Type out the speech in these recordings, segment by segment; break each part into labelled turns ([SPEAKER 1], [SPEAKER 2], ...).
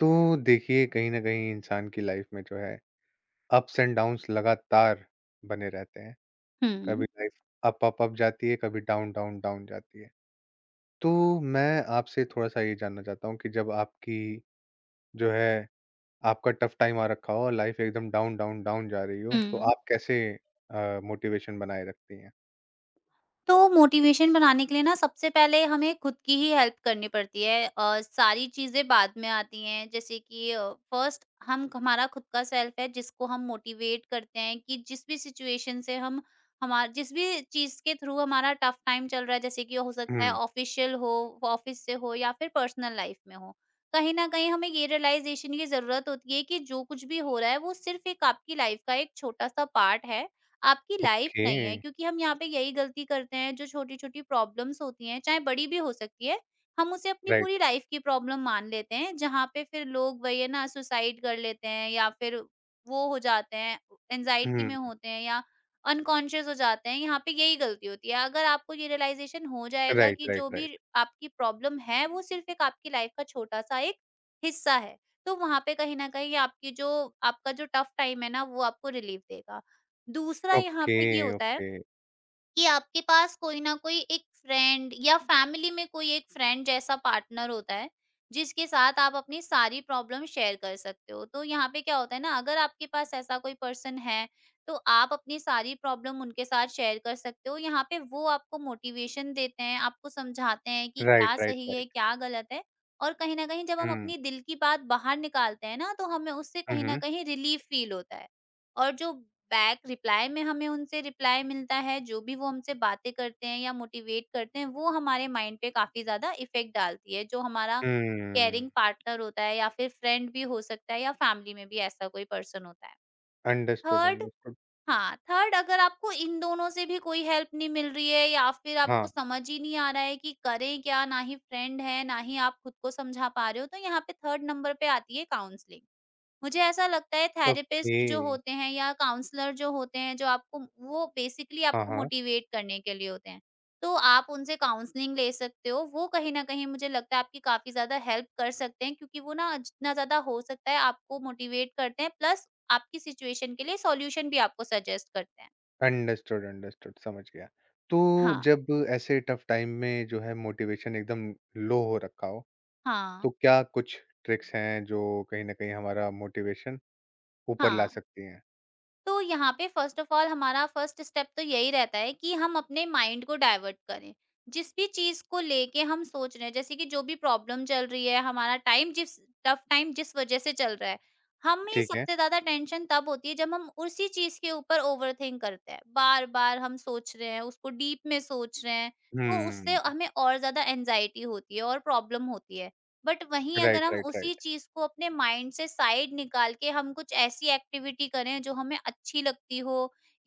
[SPEAKER 1] तो देखिए कहीं ना कहीं इंसान की लाइफ में जो है अप्स एंड डाउन्स लगातार बने रहते हैं। कभी
[SPEAKER 2] hmm,
[SPEAKER 1] life up up up जाती है, कभी डाउन डाउन डाउन जाती है। तो मैं आपसे थोड़ा सा ये जानना चाहता हूँ कि जब आपकी जो है आपका टफ टाइम आ रखा हो और लाइफ एकदम डाउन डाउन डाउन जा रही हो, तो
[SPEAKER 2] हुँ।
[SPEAKER 1] आप कैसे मोटिवेशन बनाए रखती हैं?
[SPEAKER 2] तो मोटिवेशन बनाने के लिए ना सबसे पहले हमें खुद की ही हेल्प करनी पड़ती है और सारी चीज़ें बाद में आती हैं। जैसे कि फर्स्ट हम हमारा खुद का सेल्फ है, जिसको हम मोटिवेट करते हैं कि जिस भी चीज़ के थ्रू हमारा टफ टाइम चल रहा है। जैसे कि हो सकता है
[SPEAKER 1] हम्म।
[SPEAKER 2] ऑफ़िशियल हो, ऑफ़िस से हो, या फिर पर्सनल लाइफ़ में हो। कहीं न कहीं हमें ये रियलाइज़ेशन की ज़रूरत होती है कि जो कुछ भी हो रहा है, वो सिर्फ़ एक आपकी लाइफ़ का एक छोटा-सा पार्ट है। आपकी लाइफ
[SPEAKER 1] ओके।
[SPEAKER 2] नहीं है, क्योंकि हम यहाँ पे यही गलती करते हैं। जो छोटी-छोटी प्रॉब्लम्स होती हैं, चाहे बड़ी भी हो सकती है, हम उसे अपनी
[SPEAKER 1] राइट।
[SPEAKER 2] पूरी लाइफ की प्रॉब्लम मान लेते हैं, जहाँ पे फिर लोग वही है ना, सुसाइड कर लेते हैं, या फिर वो हो जाते हैं, एंग्जायटी में
[SPEAKER 1] हम्म।
[SPEAKER 2] होते हैं, या अनकॉन्शियस हो जाते हैं। यहाँ पे यही गलती होती है। अगर आपको ये रियलाइज़ेशन हो जाएगा
[SPEAKER 1] राइट
[SPEAKER 2] कि
[SPEAKER 1] राइट
[SPEAKER 2] जो
[SPEAKER 1] राइट।
[SPEAKER 2] भी आपकी प्रॉब्लम है, वो सिर्फ़ एक आपकी लाइफ का छोटा-सा एक हिस्सा है, तो वहाँ पे कहीं न कहीं आपकी जो आपका जो टफ टाइम है ना, वो आपको रिलीफ़ देगा। दूसरा यहाँ
[SPEAKER 1] ओके।
[SPEAKER 2] पे ये होता है
[SPEAKER 1] ओके।
[SPEAKER 2] कि आपके पास कोई ना कोई एक फ्रेंड या फैमिली में कोई एक फ्रेंड जैसा पार्टनर होता है, जिसके साथ आप अपनी सारी प्रॉब्लम शेयर कर सकते हो। तो यहाँ पे क्या होता है ना, अगर आपके पास ऐसा कोई पर्सन है, तो आप अपनी सारी प्रॉब्लम उनके साथ शेयर कर सकते हो। यहाँ पे वो आपको मोटिवेशन देते हैं, आपको समझाते हैं कि क्या
[SPEAKER 1] राइट राइट
[SPEAKER 2] सही
[SPEAKER 1] राइट।
[SPEAKER 2] है, क्या गलत है। और कहीं ना कहीं जब हम
[SPEAKER 1] हम्म,
[SPEAKER 2] अपनी दिल की बात बाहर निकालते हैं ना, तो हमें उससे कहीं ना
[SPEAKER 1] हम्म,
[SPEAKER 2] कहीं रिलीफ फील होता है। और जो बैक रिप्लाई में हमें उनसे रिप्लाई मिलता है, जो भी वो हमसे बातें करते हैं या मोटिवेट करते हैं, वो हमारे माइंड पे काफ़ी ज़्यादा इफ़ेक्ट डालती है। जो हमारा
[SPEAKER 1] हम्म।
[SPEAKER 2] केयरिंग पार्टनर होता है, या फिर फ्रेंड भी हो सकता है, या फैमिली में भी ऐसा कोई पर्सन होता है।
[SPEAKER 1] Understood
[SPEAKER 2] third
[SPEAKER 1] understood.
[SPEAKER 2] हाँ, थर्ड, अगर आपको इन दोनों से भी कोई हेल्प नहीं मिल रही है, या फिर आपको
[SPEAKER 1] हाँ।
[SPEAKER 2] समझ ही नहीं आ रहा है कि करें क्या, ना ही फ्रेंड है, ना ही आप खुद को समझा पा रहे हो, तो यहाँ पे थर्ड नंबर पे आती है काउंसलिंग। मुझे ऐसा लगता है
[SPEAKER 1] ओके।
[SPEAKER 2] थेरेपिस्ट जो होते हैं या काउंसलर जो होते हैं, जो आपको वो बेसिकली
[SPEAKER 1] हाँ,
[SPEAKER 2] आपको
[SPEAKER 1] हाँ।
[SPEAKER 2] मोटिवेट करने के लिए होते हैं। तो आप उनसे काउंसलिंग ले सकते हो। वो कहीं न कहीं मुझे लगता है आपकी काफ़ी ज़्यादा हेल्प कर सकते हैं, क्योंकि वो ना जितना ज़्यादा हो सकता है आपको मोटिवेट करते हैं, प्लस आपकी सिचुएशन के लिए सॉल्यूशन भी आपको सजेस्ट करते हैं।
[SPEAKER 1] अंडरस्टूड, अंडरस्टूड, समझ गया। तो
[SPEAKER 2] हाँ,
[SPEAKER 1] जब ऐसे टफ़ टाइम में जो है मोटिवेशन एकदम लो हो रखा हो,
[SPEAKER 2] हाँ,
[SPEAKER 1] तो क्या कुछ ट्रिक्स हैं जो कहीं न कहीं हमारा मोटिवेशन ऊपर ला
[SPEAKER 2] हाँ।
[SPEAKER 1] सकती हैं?
[SPEAKER 2] तो यहाँ पे फ़र्स्ट ऑफ़ ऑल हमारा फ़र्स्ट स्टेप तो यही रहता है कि हम अपने माइंड को डाइवर्ट करें। जिस भी चीज़ को लेके हम सोच रहे हैं, जैसे कि जो भी प्रॉब्लम चल रही है, हमारा टाइम जिस टफ टाइम जिस वज़ह से चल रहा है, हमें
[SPEAKER 1] ठीक है।
[SPEAKER 2] सबसे ज़्यादा टेंशन तब होती है जब हम उसी चीज़ के ऊपर ओवरथिंक करते हैं। बार-बार हम सोच रहे हैं, उसको डीप में सोच रहे हैं, तो उससे
[SPEAKER 1] हुँ।
[SPEAKER 2] हमें और ज़्यादा एंग्ज़ायटी होती है और प्रॉब्लम होती है। बट वहीं
[SPEAKER 1] राइट,
[SPEAKER 2] अगर हम
[SPEAKER 1] राइट,
[SPEAKER 2] उसी
[SPEAKER 1] राइट।
[SPEAKER 2] चीज को अपने माइंड से साइड निकाल के हम कुछ ऐसी एक्टिविटी करें जो हमें अच्छी लगती हो,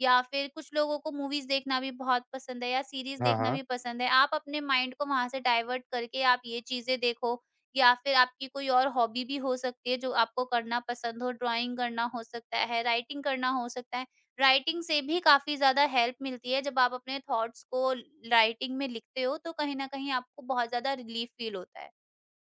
[SPEAKER 2] या फिर कुछ लोगों को मूवीज देखना भी बहुत पसंद है, या सीरीज
[SPEAKER 1] हाँ,
[SPEAKER 2] देखना
[SPEAKER 1] हाँ।
[SPEAKER 2] भी पसंद है, आप अपने माइंड को वहां से डाइवर्ट करके आप ये चीजें देखो। या फिर आपकी कोई और हॉबी भी हो सकती है जो आपको करना पसंद हो। ड्राइंग करना हो सकता है, राइटिंग करना हो सकता है। राइटिंग से भी काफी ज्यादा हेल्प मिलती है, जब आप अपने थॉट्स को राइटिंग में लिखते हो, तो कहीं ना कहीं आपको बहुत ज्यादा रिलीफ फील होता है।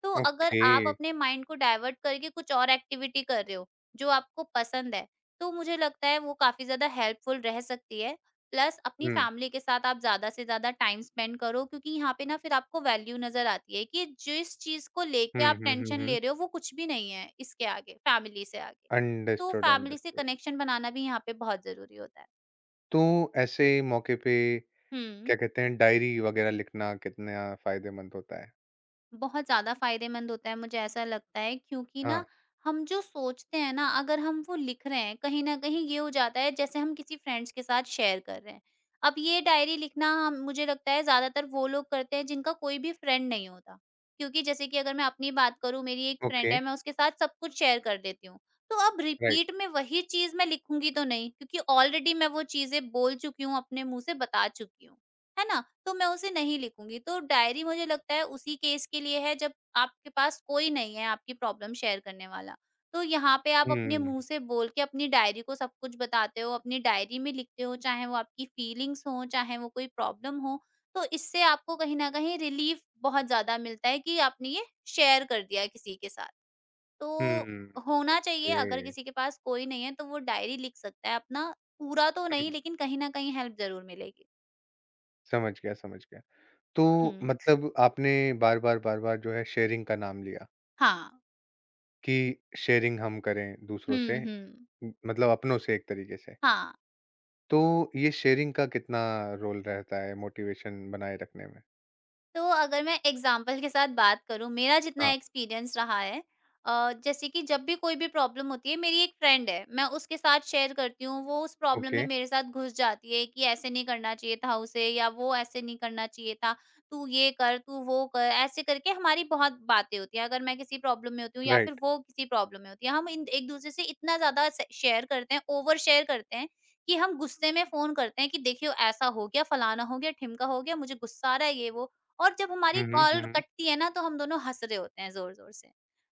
[SPEAKER 2] तो अगर
[SPEAKER 1] ओके।
[SPEAKER 2] आप अपने माइंड को डाइवर्ट करके कुछ और एक्टिविटी कर रहे हो, जो आपको पसंद है, तो मुझे लगता है वो काफ़ी ज़्यादा हेल्पफुल रह सकती है। प्लस अपनी
[SPEAKER 1] हुँ।
[SPEAKER 2] फैमिली के साथ आप ज़्यादा से ज़्यादा टाइम स्पेंड करो, क्योंकि यहाँ पे ना फिर आपको वैल्यू नज़र आती है कि जिस चीज़ को
[SPEAKER 1] हुँ,
[SPEAKER 2] लेके आप
[SPEAKER 1] हुँ, हुँ,
[SPEAKER 2] टेंशन
[SPEAKER 1] हुँ।
[SPEAKER 2] ले रहे हो, वो कुछ भी नहीं है इसके आगे, फैमिली से आगे। तो
[SPEAKER 1] अंडरस्टूड,
[SPEAKER 2] फैमिली से
[SPEAKER 1] अंडरस्टूड।
[SPEAKER 2] कनेक्शन बनाना भी यहाँ पे बहुत ज़रूरी होता है।
[SPEAKER 1] तो ऐसे मौके पे
[SPEAKER 2] हुँ।
[SPEAKER 1] क्या कहते हैं, डायरी वग़ैरह लिखना कितना फ़ायदेमंद होता है?
[SPEAKER 2] बहुत ज़्यादा फ़ायदेमंद होता है, मुझे ऐसा लगता है, क्योंकि
[SPEAKER 1] हाँ।
[SPEAKER 2] ना हम जो सोचते हैं ना, अगर हम वो लिख रहे हैं, कहीं न कहीं ये हो जाता है जैसे हम किसी फ्रेंड्स के साथ शेयर कर रहे हैं। अब ये डायरी लिखना, हम मुझे लगता है ज़्यादातर वो लोग करते हैं जिनका कोई भी फ्रेंड नहीं होता। क्योंकि जैसे कि अगर मैं अपनी बात करूँ, मेरी एक
[SPEAKER 1] ओके।
[SPEAKER 2] फ्रेंड है, मैं उसके साथ सब कुछ शेयर कर देती हूँ। तो अब
[SPEAKER 1] राइट।
[SPEAKER 2] रिपीट में वही चीज़ मैं लिखूँगी तो नहीं, क्योंकि ऑलरेडी मैं वो चीज़ें बोल चुकी हूँ, अपने मुँह से बता चुकी हूँ। है ना? तो मैं उसे नहीं लिखूँगी। तो डायरी मुझे लगता है उसी केस के लिए है, जब आपके पास कोई नहीं है आपकी प्रॉब्लम शेयर करने वाला। तो यहाँ पे आप अपने
[SPEAKER 1] हुँ।
[SPEAKER 2] मुँह से बोल के अपनी डायरी को सब कुछ बताते हो, अपनी डायरी में लिखते हो, चाहे वो आपकी फीलिंग्स हों, चाहे वो कोई प्रॉब्लम हो। तो इससे आपको कहीं न कहीं रिलीफ़ बहुत ज़्यादा मिलता है कि आपने ये शेयर कर दिया किसी के साथ। तो
[SPEAKER 1] हुँ,
[SPEAKER 2] होना चाहिए, अगर किसी
[SPEAKER 1] ओके।
[SPEAKER 2] के पास कोई नहीं है, तो वो डायरी लिख सकता है, अपना पूरा तो नहीं,
[SPEAKER 1] हुँ,
[SPEAKER 2] लेकिन कहीं न कहीं हेल्प ज़रूर मिलेगी।
[SPEAKER 1] समझ गया, समझ गया। तो
[SPEAKER 2] हुँ।
[SPEAKER 1] मतलब आपने बार-बार, बार-बार जो है शेयरिंग का नाम लिया
[SPEAKER 2] हाँ,
[SPEAKER 1] कि शेयरिंग हम करें दूसरों से,
[SPEAKER 2] हुँ, हुँ।
[SPEAKER 1] मतलब अपनों से एक तरीके से।
[SPEAKER 2] हाँ,
[SPEAKER 1] तो ये शेयरिंग का कितना रोल रहता है मोटिवेशन बनाए रखने में?
[SPEAKER 2] तो अगर मैं एग्ज़ाम्पल के साथ बात करूँ, मेरा जितना
[SPEAKER 1] हाँ,
[SPEAKER 2] एक्सपीरियंस रहा है, जैसे कि जब भी कोई भी प्रॉब्लम होती है, मेरी एक फ्रेंड है, मैं उसके साथ शेयर करती हूँ, वो उस प्रॉब्लम
[SPEAKER 1] ओके,
[SPEAKER 2] में मेरे साथ घुस जाती है कि ऐसे नहीं करना चाहिए था उसे, या वो ऐसे नहीं करना चाहिए था, तू ये कर, तू वो कर, ऐसे करके हमारी बहुत बातें होती हैं। अगर मैं किसी प्रॉब्लम में होती हूँ, या फिर
[SPEAKER 1] राइट।
[SPEAKER 2] वो किसी प्रॉब्लम में होती है, हम इन एक-दूसरे से इतना ज़्यादा स शेयर करते हैं, ओवर शेयर करते हैं कि हम गुस्से में फ़ोन करते हैं कि देखिए ऐसा हो गया, फलाना हो गया, ढिमका हो गया, मुझे गुस्सा आ रहा है, ये वो। और जब हमारी
[SPEAKER 1] हुँ, हुँ,
[SPEAKER 2] कॉल
[SPEAKER 1] हुँ, हुँ।
[SPEAKER 2] कटती है ना, तो हम दोनों हँस रहे होते हैं ज़ोर-ज़ोर से।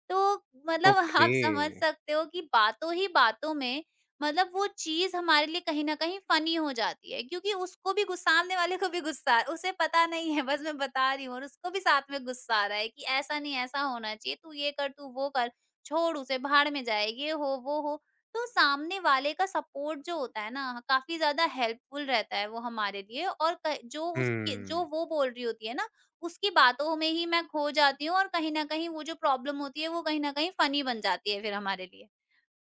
[SPEAKER 2] तो मतलब
[SPEAKER 1] ओके,
[SPEAKER 2] आप समझ सकते हो कि बातों ही बातों में, मतलब वो चीज़ हमारे लिए कहीं न कहीं फ़नी हो जाती है, क्योंकि उसको भी गुस्सा, सामने वाले को भी गुस्सा, उसे पता नहीं है, बस मैं बता रही हूँ, और उसको भी साथ में गुस्सा आ रहा है कि ऐसा नहीं, ऐसा होना चाहिए, तू ये कर, तू वो कर, छोड़ उसे भाड़ में जाए, ये हो, वो हो। तो सामने वाले का सपोर्ट जो होता है ना, काफ़ी ज़्यादा हेल्पफुल रहता है वो हमारे लिए। और क जो उसके जो
[SPEAKER 1] हुँ,
[SPEAKER 2] वो बोल रही होती है ना, उसकी बातों में ही मैं खो जाती हूँ, और कहीं न कहीं वो जो प्रॉब्लम होती है, वो कहीं न कहीं फ़नी बन जाती है फिर हमारे लिए।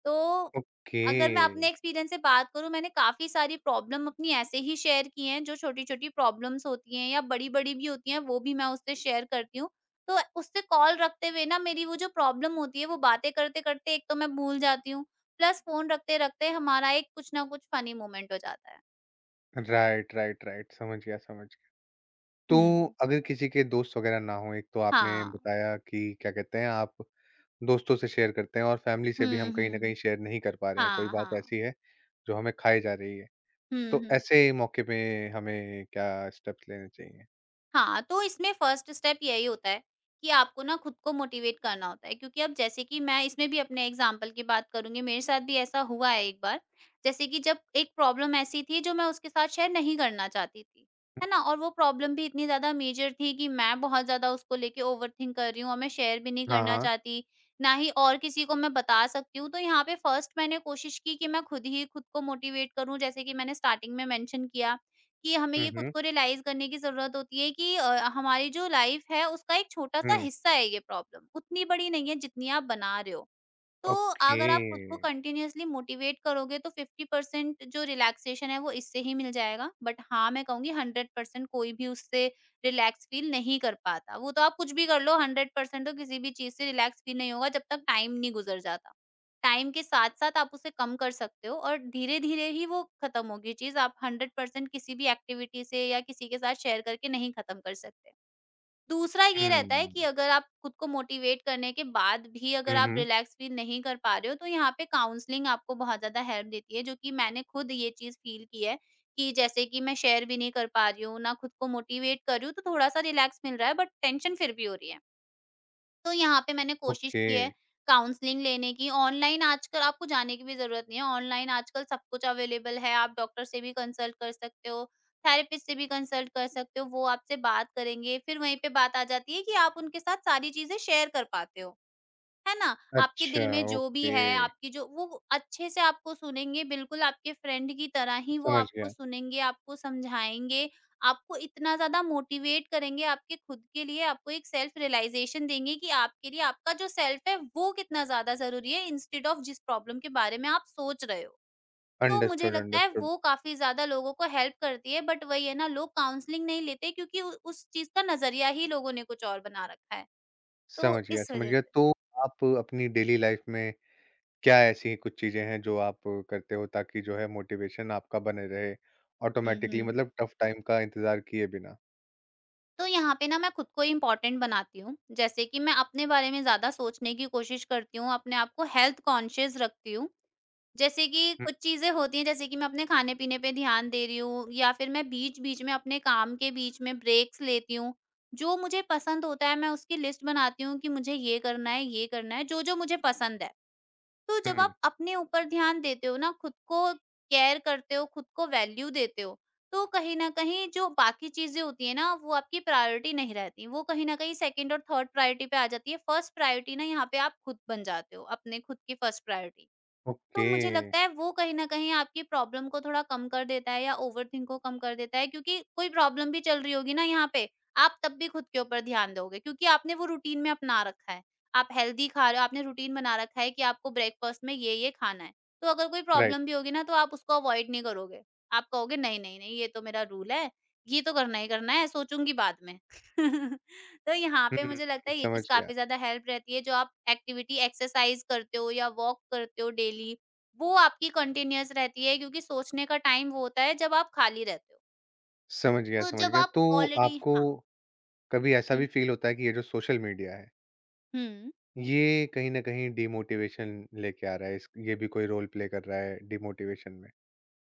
[SPEAKER 2] तो
[SPEAKER 1] ओके।
[SPEAKER 2] अगर मैं अपने एक्सपीरियंस से बात करूँ, मैंने काफ़ी सारी प्रॉब्लम अपनी ऐसे ही शेयर की हैं। जो छोटी-छोटी प्रॉब्लम्स होती हैं या बड़ी-बड़ी भी होती हैं, वो भी मैं उससे शेयर करती हूँ। तो उससे कॉल रखते हुए ना, मेरी वो जो प्रॉब्लम होती है, वो बातें करते-करते एक तो मैं भूल जाती हूँ, प्लस फ़ोन रखते-रखते हमारा एक कुछ ना कुछ फ़नी मोमेंट हो जाता है।
[SPEAKER 1] राइट, राइट, राइट, समझ गया, समझ गया। तो
[SPEAKER 2] हुँ।
[SPEAKER 1] अगर किसी के दोस्त वगैरह ना हों, एक तो आपने
[SPEAKER 2] हाँ।
[SPEAKER 1] बताया कि क्या कहते हैं आप दोस्तों से शेयर करते हैं, और फैमिली से भी हम
[SPEAKER 2] हुँ,
[SPEAKER 1] कहीं न कहीं
[SPEAKER 2] हुँ।
[SPEAKER 1] शेयर नहीं कर पा रहे हैं, कोई
[SPEAKER 2] हाँ,
[SPEAKER 1] बात
[SPEAKER 2] हाँ।
[SPEAKER 1] ऐसी है जो हमें खाए जा रही है।
[SPEAKER 2] हुँ,
[SPEAKER 1] तो
[SPEAKER 2] हुँ।
[SPEAKER 1] ऐसे मौके पे हमें क्या स्टेप्स लेने चाहिए?
[SPEAKER 2] हाँ, तो इसमें फर्स्ट स्टेप यही होता है कि आपको ना खुद को मोटिवेट करना होता है, क्योंकि अब जैसे कि मैं इसमें भी अपने एग्जाम्पल की बात करूँगी, मेरे साथ भी ऐसा हुआ है एक बार। जैसे कि जब एक प्रॉब्लम ऐसी थी जो मैं उसके साथ शेयर नहीं करना चाहती थी, है ना? और वो प्रॉब्लम भी इतनी ज़्यादा मेजर थी कि मैं बहुत ज़्यादा उसको लेके ओवरथिंक कर रही हूँ और मैं शेयर भी नहीं
[SPEAKER 1] हाँ,
[SPEAKER 2] करना
[SPEAKER 1] हाँ।
[SPEAKER 2] चाहती, ना ही और किसी को मैं बता सकती हूँ। तो यहाँ पे फर्स्ट मैंने कोशिश की कि मैं खुद ही खुद को मोटिवेट करूँ जैसे कि मैंने स्टार्टिंग में मेंशन किया कि हमें
[SPEAKER 1] हुँ,
[SPEAKER 2] ये खुद
[SPEAKER 1] हुँ।
[SPEAKER 2] को रियलाइज़ करने की ज़रूरत होती है कि हमारी जो लाइफ़ है उसका एक छोटा-सा
[SPEAKER 1] हुँ,
[SPEAKER 2] हिस्सा है ये प्रॉब्लम, उतनी बड़ी नहीं है जितनी आप बना रहे हो। तो
[SPEAKER 1] ओके।
[SPEAKER 2] अगर आप खुद को कंटिन्यूअसली मोटिवेट करोगे तो 50% जो रिलैक्सेशन है वो इससे ही मिल जाएगा। बट हाँ, मैं कहूँगी 100% कोई भी उससे रिलैक्स फील नहीं कर पाता। वो तो आप कुछ भी कर लो 100% तो किसी भी चीज़ से रिलैक्स फील नहीं होगा जब तक टाइम नहीं गुज़र जाता। टाइम के साथ-साथ आप उसे कम कर सकते हो और धीरे-धीरे ही वो खत्म होगी चीज़। आप 100% किसी भी एक्टिविटी से या किसी के साथ शेयर करके नहीं खत्म कर सकते। दूसरा ये रहता है कि
[SPEAKER 1] हुँ।
[SPEAKER 2] अगर आप खुद को मोटिवेट करने के बाद भी अगर
[SPEAKER 1] हुँ,
[SPEAKER 2] आप
[SPEAKER 1] हुँ।
[SPEAKER 2] रिलैक्स फील नहीं कर पा रहे हो तो यहाँ पे काउंसलिंग आपको बहुत ज़्यादा हेल्प देती है, जो कि मैंने खुद ये चीज़ फील की है कि जैसे कि मैं शेयर भी नहीं कर पा रही हूँ, ना खुद को मोटिवेट कर रही हूँ, तो थोड़ा सा रिलैक्स मिल रहा है बट टेंशन फिर भी हो रही है। तो यहाँ पे मैंने कोशिश
[SPEAKER 1] ओके।
[SPEAKER 2] की है काउंसलिंग लेने की। ऑनलाइन आजकल आपको जाने की भी ज़रूरत नहीं है, ऑनलाइन आजकल सब कुछ अवेलेबल है। आप डॉक्टर से भी कंसल्ट कर सकते हो, थेरेपिस्ट से भी कंसल्ट कर सकते हो, वो आपसे बात करेंगे। फिर वहीं पे बात आ जाती है कि आप उनके साथ सारी चीज़ें शेयर कर पाते हो। है ना? आपके
[SPEAKER 1] अच्छा,
[SPEAKER 2] दिल में जो भी
[SPEAKER 1] ओके।
[SPEAKER 2] है, आपकी जो वो अच्छे से आपको सुनेंगे, बिल्कुल आपके फ्रेंड की तरह ही वो
[SPEAKER 1] समझ
[SPEAKER 2] आपको
[SPEAKER 1] गया।
[SPEAKER 2] सुनेंगे, आपको समझाएँगे, आपको इतना ज़्यादा मोटिवेट करेंगे, आपके खुद के लिए आपको एक सेल्फ रियलाइज़ेशन देंगे कि आपके लिए आपका जो सेल्फ है, वो कितना ज़्यादा ज़रूरी है इंस्टेड ऑफ जिस प्रॉब्लम के बारे में आप सोच रहे हो। तो मुझे
[SPEAKER 1] अंडरस्टूड,
[SPEAKER 2] लगता है
[SPEAKER 1] अंडरस्टूड।
[SPEAKER 2] वो काफ़ी ज़्यादा लोगों को हेल्प करती है, बट वही है ना, लोग काउंसलिंग नहीं लेते क्योंकि उ उस चीज़ का नज़रिया ही लोगों ने कुछ और बना रखा है। तो
[SPEAKER 1] समझ गया,
[SPEAKER 2] इस
[SPEAKER 1] समझ
[SPEAKER 2] वजह
[SPEAKER 1] गया।
[SPEAKER 2] से।
[SPEAKER 1] तो आप अपनी डेली लाइफ़ में क्या ऐसी कुछ चीज़ें हैं जो आप करते हो ताकि जो है मोटिवेशन आपका बने रहे
[SPEAKER 2] हुँ,
[SPEAKER 1] ऑटोमैटिकली,
[SPEAKER 2] हुँ।
[SPEAKER 1] मतलब टफ टाइम का इंतज़ार किए बिना?
[SPEAKER 2] तो यहाँ पे ना मैं खुद को इम्पोर्टेंट बनाती हूँ। जैसे कि मैं अपने बारे में ज़्यादा सोचने की कोशिश करती हूँ, अपने आप को हेल्थ कॉन्शियस रखती हूँ। जैसे कि
[SPEAKER 1] हुँ,
[SPEAKER 2] कुछ चीज़ें होती हैं, जैसे कि मैं अपने खाने-पीने पे ध्यान दे रही हूँ या फिर मैं बीच-बीच में अपने काम के बीच में ब्रेक्स लेती हूँ। जो मुझे पसंद होता है मैं उसकी लिस्ट बनाती हूँ कि मुझे ये करना है, जो-जो मुझे पसंद है। तो जब
[SPEAKER 1] हुँ,
[SPEAKER 2] आप अपने ऊपर ध्यान देते हो ना, खुद को केयर करते हो, खुद को वैल्यू देते हो, तो कहीं न कहीं जो बाकी चीज़ें होती हैं ना, वो आपकी प्रायोरिटी नहीं रहती। वो कहीं न कहीं सेकंड और थर्ड प्रायोरिटी पे आ जाती है। फर्स्ट प्रायोरिटी ना यहाँ पे आप खुद बन जाते हो, अपने खुद की फर्स्ट प्रायोरिटी। तो
[SPEAKER 1] ओके,
[SPEAKER 2] मुझे लगता है वो कहीं न कहीं आपकी प्रॉब्लम को थोड़ा कम कर देता है या ओवरथिंक को कम कर देता है क्योंकि कोई प्रॉब्लम भी चल रही होगी ना, यहाँ पे आप तब भी खुद के ऊपर ध्यान दोगे क्योंकि आपने वो रूटीन में अपना रखा है। आप हेल्दी खा रहे हो, आपने रूटीन बना रखा है कि आपको ब्रेकफ़ास्ट में ये-ये खाना है। तो अगर कोई
[SPEAKER 1] राइट।
[SPEAKER 2] प्रॉब्लम भी होगी ना, तो आप उसको अवॉइड नहीं करोगे। आप कहोगे, नहीं, नहीं, नहीं, ये तो मेरा रूल है, ये तो करना ही करना है, सोचूँगी बाद में। तो यहाँ पे
[SPEAKER 1] हुँ,
[SPEAKER 2] मुझे लगता है ये
[SPEAKER 1] समझ
[SPEAKER 2] चीज़
[SPEAKER 1] गया,
[SPEAKER 2] काफ़ी ज़्यादा हेल्प रहती है। जो आप एक्टिविटी एक्सरसाइज़ करते हो या वॉक करते हो डेली, वो आपकी कंटिन्यूअस रहती है क्योंकि सोचने का टाइम वो होता है जब आप खाली रहते हो।
[SPEAKER 1] समझ गया,
[SPEAKER 2] तो
[SPEAKER 1] समझ
[SPEAKER 2] जब
[SPEAKER 1] गया।
[SPEAKER 2] आप
[SPEAKER 1] तो
[SPEAKER 2] ऑलरेडी,
[SPEAKER 1] आपको
[SPEAKER 2] हाँ,
[SPEAKER 1] कभी ऐसा भी
[SPEAKER 2] हुँ,
[SPEAKER 1] फ़ील होता है कि ये जो सोशल मीडिया है,
[SPEAKER 2] हुँ।
[SPEAKER 1] ये कहीं न कहीं डिमोटिवेशन लेके आ रहा है, इस ये भी कोई रोल प्ले कर रहा है डिमोटिवेशन में?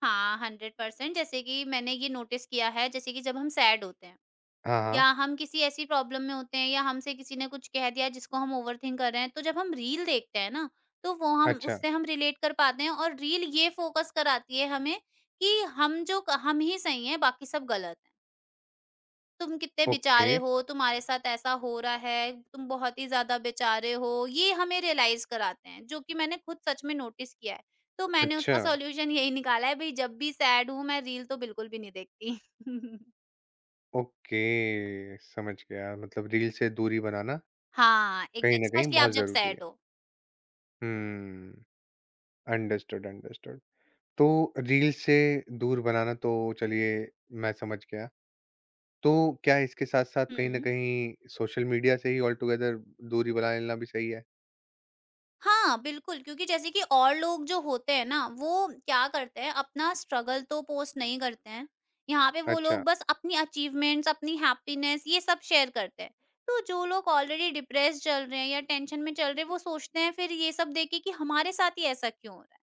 [SPEAKER 2] हाँ, 100%, जैसे कि मैंने ये नोटिस किया है, जैसे कि जब हम सैड होते हैं
[SPEAKER 1] हाँ,
[SPEAKER 2] या
[SPEAKER 1] हाँ।
[SPEAKER 2] हम किसी ऐसी प्रॉब्लम में होते हैं या हमसे किसी ने कुछ कह दिया जिसको हम ओवरथिंक कर रहे हैं, तो जब हम रील देखते हैं ना, तो वो हम
[SPEAKER 1] अच्छा,
[SPEAKER 2] उससे हम रिलेट कर पाते हैं और रील ये फ़ोकस कराती है हमें कि हम जो क हम ही सही हैं, बाकी सब गलत हैं। तुम कितने
[SPEAKER 1] ओके,
[SPEAKER 2] बेचारे हो, तुम्हारे साथ ऐसा हो रहा है, तुम बहुत ही ज़्यादा बेचारे हो, ये हमें रियलाइज़ कराते हैं, जो कि मैंने खुद सच में नोटिस किया है। तो मैंने
[SPEAKER 1] अच्छा,
[SPEAKER 2] उसका सॉल्यूशन यही निकाला है, भई जब भी सैड हूँ मैं रील तो बिल्कुल भी नहीं देखती।
[SPEAKER 1] ओके, समझ गया। मतलब रील से दूरी बनाना
[SPEAKER 2] हाँ,
[SPEAKER 1] कहीं
[SPEAKER 2] एग्जै
[SPEAKER 1] न कहीं
[SPEAKER 2] स्पेशली आप
[SPEAKER 1] बहुत
[SPEAKER 2] जब
[SPEAKER 1] ज़रूरी है।
[SPEAKER 2] सैड हो।
[SPEAKER 1] Hmm, understood, understood. तो रील से दूर बनाना तो चलिए मैं समझ गया। तो क्या इसके साथ-साथ कहीं न
[SPEAKER 2] हुँ।
[SPEAKER 1] कहीं सोशल मीडिया से ही ऑल टुगेदर दूरी बना लेना भी सही है?
[SPEAKER 2] हाँ, बिल्कुल, क्योंकि जैसे कि और लोग जो होते हैं ना, वो क्या करते हैं, अपना स्ट्रगल तो पोस्ट नहीं करते हैं। यहाँ पे वो
[SPEAKER 1] अच्छा,
[SPEAKER 2] लोग बस अपनी अचीवमेंट्स, अपनी हैप्पीनेस ये सब शेयर करते हैं। तो जो लोग ऑलरेडी डिप्रेस्ड चल रहे हैं या टेंशन में चल रहे हैं, वो सोचते हैं फिर ये सब देख के कि हमारे साथ ही ऐसा क्यों है?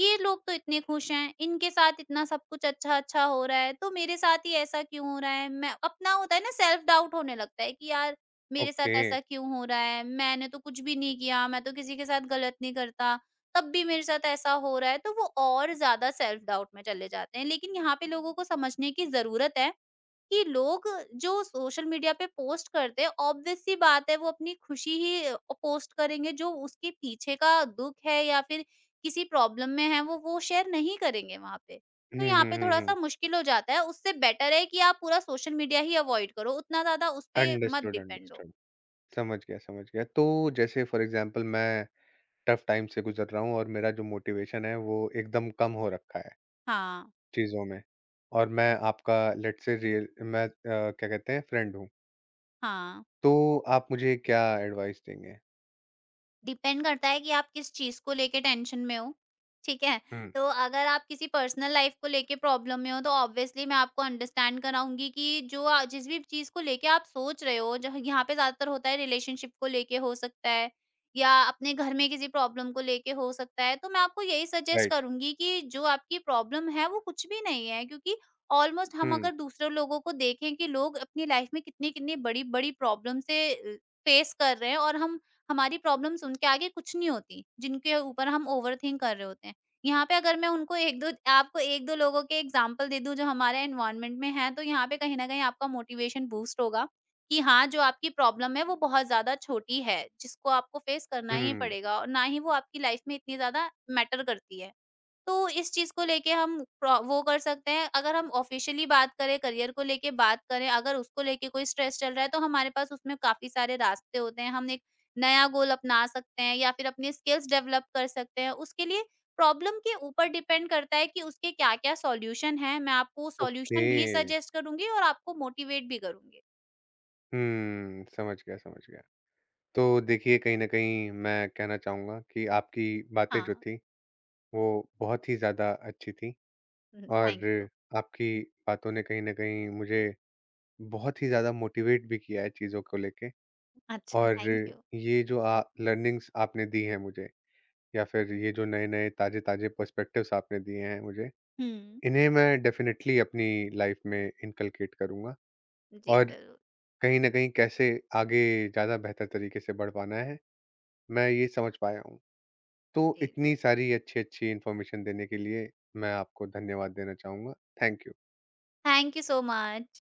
[SPEAKER 2] ये लोग तो इतने खुश हैं, इनके साथ इतना सब कुछ अच्छा-अच्छा हो रहा है, तो मेरे साथ ही ऐसा क्यों हो रहा है? मैं, अपना होता है ना, सेल्फ डाउट होने लगता है कि यार मेरे
[SPEAKER 1] ओके।
[SPEAKER 2] साथ ऐसा क्यों हो रहा है? मैंने तो कुछ भी नहीं किया, मैं तो किसी के साथ गलत नहीं करता, तब भी मेरे साथ ऐसा हो रहा है, तो वो और ज़्यादा सेल्फ डाउट में चले जाते हैं। लेकिन यहाँ पे लोगों को समझने की ज़रूरत है कि लोग जो सोशल मीडिया पे पोस्ट करते हैं, ऑब्वियस सी बात है, वो अपनी खुशी ही पोस्ट करेंगे। जो उसके पीछे का दुख है या फिर किसी प्रॉब्लम में है, वो शेयर नहीं करेंगे वहां पे।
[SPEAKER 1] हुँ,
[SPEAKER 2] तो यहाँ
[SPEAKER 1] हुँ,
[SPEAKER 2] पे थोड़ा
[SPEAKER 1] हुँ, हुँ।
[SPEAKER 2] सा मुश्किल हो जाता है, उससे बेटर है कि आप पूरा सोशल मीडिया ही अवॉइड करो, उतना ज्यादा उस पे मत
[SPEAKER 1] अंडरस्टूड,
[SPEAKER 2] डिपेंड हो।
[SPEAKER 1] अंडरस्टूड। समझ गया, समझ गया। तो जैसे फॉर एग्ज़ाम्पल मैं टफ टाइम से गुज़र रहा हूँ और मेरा जो मोटिवेशन है वो एकदम कम हो रखा है
[SPEAKER 2] हाँ,
[SPEAKER 1] चीज़ों में, और मैं आपका लेट्स से रियल मैं क्या कहते हैं फ्रेंड हूँ।
[SPEAKER 2] हाँ।
[SPEAKER 1] तो आप मुझे क्या एडवाइस देंगे?
[SPEAKER 2] डिपेंड करता है कि आप किस चीज़ को लेके टेंशन में हो, ठीक है?
[SPEAKER 1] हुँ,
[SPEAKER 2] तो अगर आप किसी पर्सनल लाइफ़ को लेके प्रॉब्लम में हो तो ऑब्वियसली मैं आपको अंडरस्टैंड कराऊँगी कि जो जिस भी चीज़ को लेके आप सोच रहे हो, जहाँ यहाँ पे ज़्यादातर होता है, रिलेशनशिप को लेके हो सकता है या अपने घर में किसी प्रॉब्लम को लेके हो सकता है। तो मैं आपको यही सजेस्ट
[SPEAKER 1] राइट।
[SPEAKER 2] करूँगी कि जो आपकी प्रॉब्लम है वो कुछ भी नहीं है क्योंकि ऑलमोस्ट हम
[SPEAKER 1] हुँ,
[SPEAKER 2] अगर दूसरे लोगों को देखें कि लोग अपनी लाइफ़ में कितनी-कितनी बड़ी-बड़ी प्रॉब्लम से फेस कर रहे हैं और हम हमारी प्रॉब्लम्स उनके आगे कुछ नहीं होती, जिनके ऊपर हम ओवरथिंक कर रहे होते हैं। यहाँ पे अगर मैं उनको 1-2 आपको 1-2 लोगों के एग्ज़ाम्पल दे दूँ जो हमारे एनवायरनमेंट में हैं, तो यहाँ पे कहीं न कहीं आपका मोटिवेशन बूस्ट होगा कि हाँ, जो आपकी प्रॉब्लम है वो बहुत ज़्यादा छोटी है, जिसको आपको फेस करना ही
[SPEAKER 1] हुँ,
[SPEAKER 2] पड़ेगा और ना ही वो आपकी लाइफ़ में इतनी ज़्यादा मैटर करती है। तो इस चीज़ को लेके हम प्रो वो कर सकते हैं, अगर हम ऑफ़िशियली बात करें, करियर को लेके बात करें, अगर उसको लेके कोई स्ट्रेस चल रहा है, तो हमारे पास उसमें काफ़ी सारे रास्ते होते हैं। हम एक नया गोल अपना सकते हैं या फिर अपनी स्किल्स डेवलप कर सकते हैं। उसके लिए प्रॉब्लम के ऊपर डिपेंड करता है कि उसके क्या-क्या सॉल्यूशन हैं। मैं आपको
[SPEAKER 1] ओके।
[SPEAKER 2] सॉल्यूशन भी सजेस्ट करूँगी और आपको मोटिवेट भी करूँगी।
[SPEAKER 1] हुँ, समझ गया, समझ गया। तो देखिए कहीं न कहीं मैं कहना चाहूँगा कि आपकी बातें जो
[SPEAKER 2] हाँ।
[SPEAKER 1] थी वो बहुत ही ज़्यादा अच्छी थी,
[SPEAKER 2] हुँ।
[SPEAKER 1] और
[SPEAKER 2] थैंक यू।
[SPEAKER 1] आपकी बातों ने कहीं न कहीं मुझे बहुत ही ज़्यादा मोटिवेट भी किया है चीज़ों को लेके,
[SPEAKER 2] अच्छा।
[SPEAKER 1] और
[SPEAKER 2] थैंक यू।
[SPEAKER 1] ये जो आ लर्निंग्स आपने दी हैं मुझे, या फिर ये जो नए-नए ताज़े-ताज़े पर्सपेक्टिव्स आपने दिए हैं मुझे,
[SPEAKER 2] हुँ।
[SPEAKER 1] इन्हें मैं डेफ़िनिटली अपनी लाइफ़ में इनकलकेट करूँगा,
[SPEAKER 2] जी,
[SPEAKER 1] और
[SPEAKER 2] ज़रूर।
[SPEAKER 1] कहीं न कहीं कैसे आगे ज़्यादा बेहतर तरीके से बढ़ पाना है, मैं ये समझ पाया हूँ। तो
[SPEAKER 2] जी,
[SPEAKER 1] इतनी
[SPEAKER 2] ज़रूर।
[SPEAKER 1] सारी अच्छी-अच्छी इन्फॉर्मेशन देने के लिए मैं आपको धन्यवाद देना चाहूँगा। Thank you.
[SPEAKER 2] Thank you so much.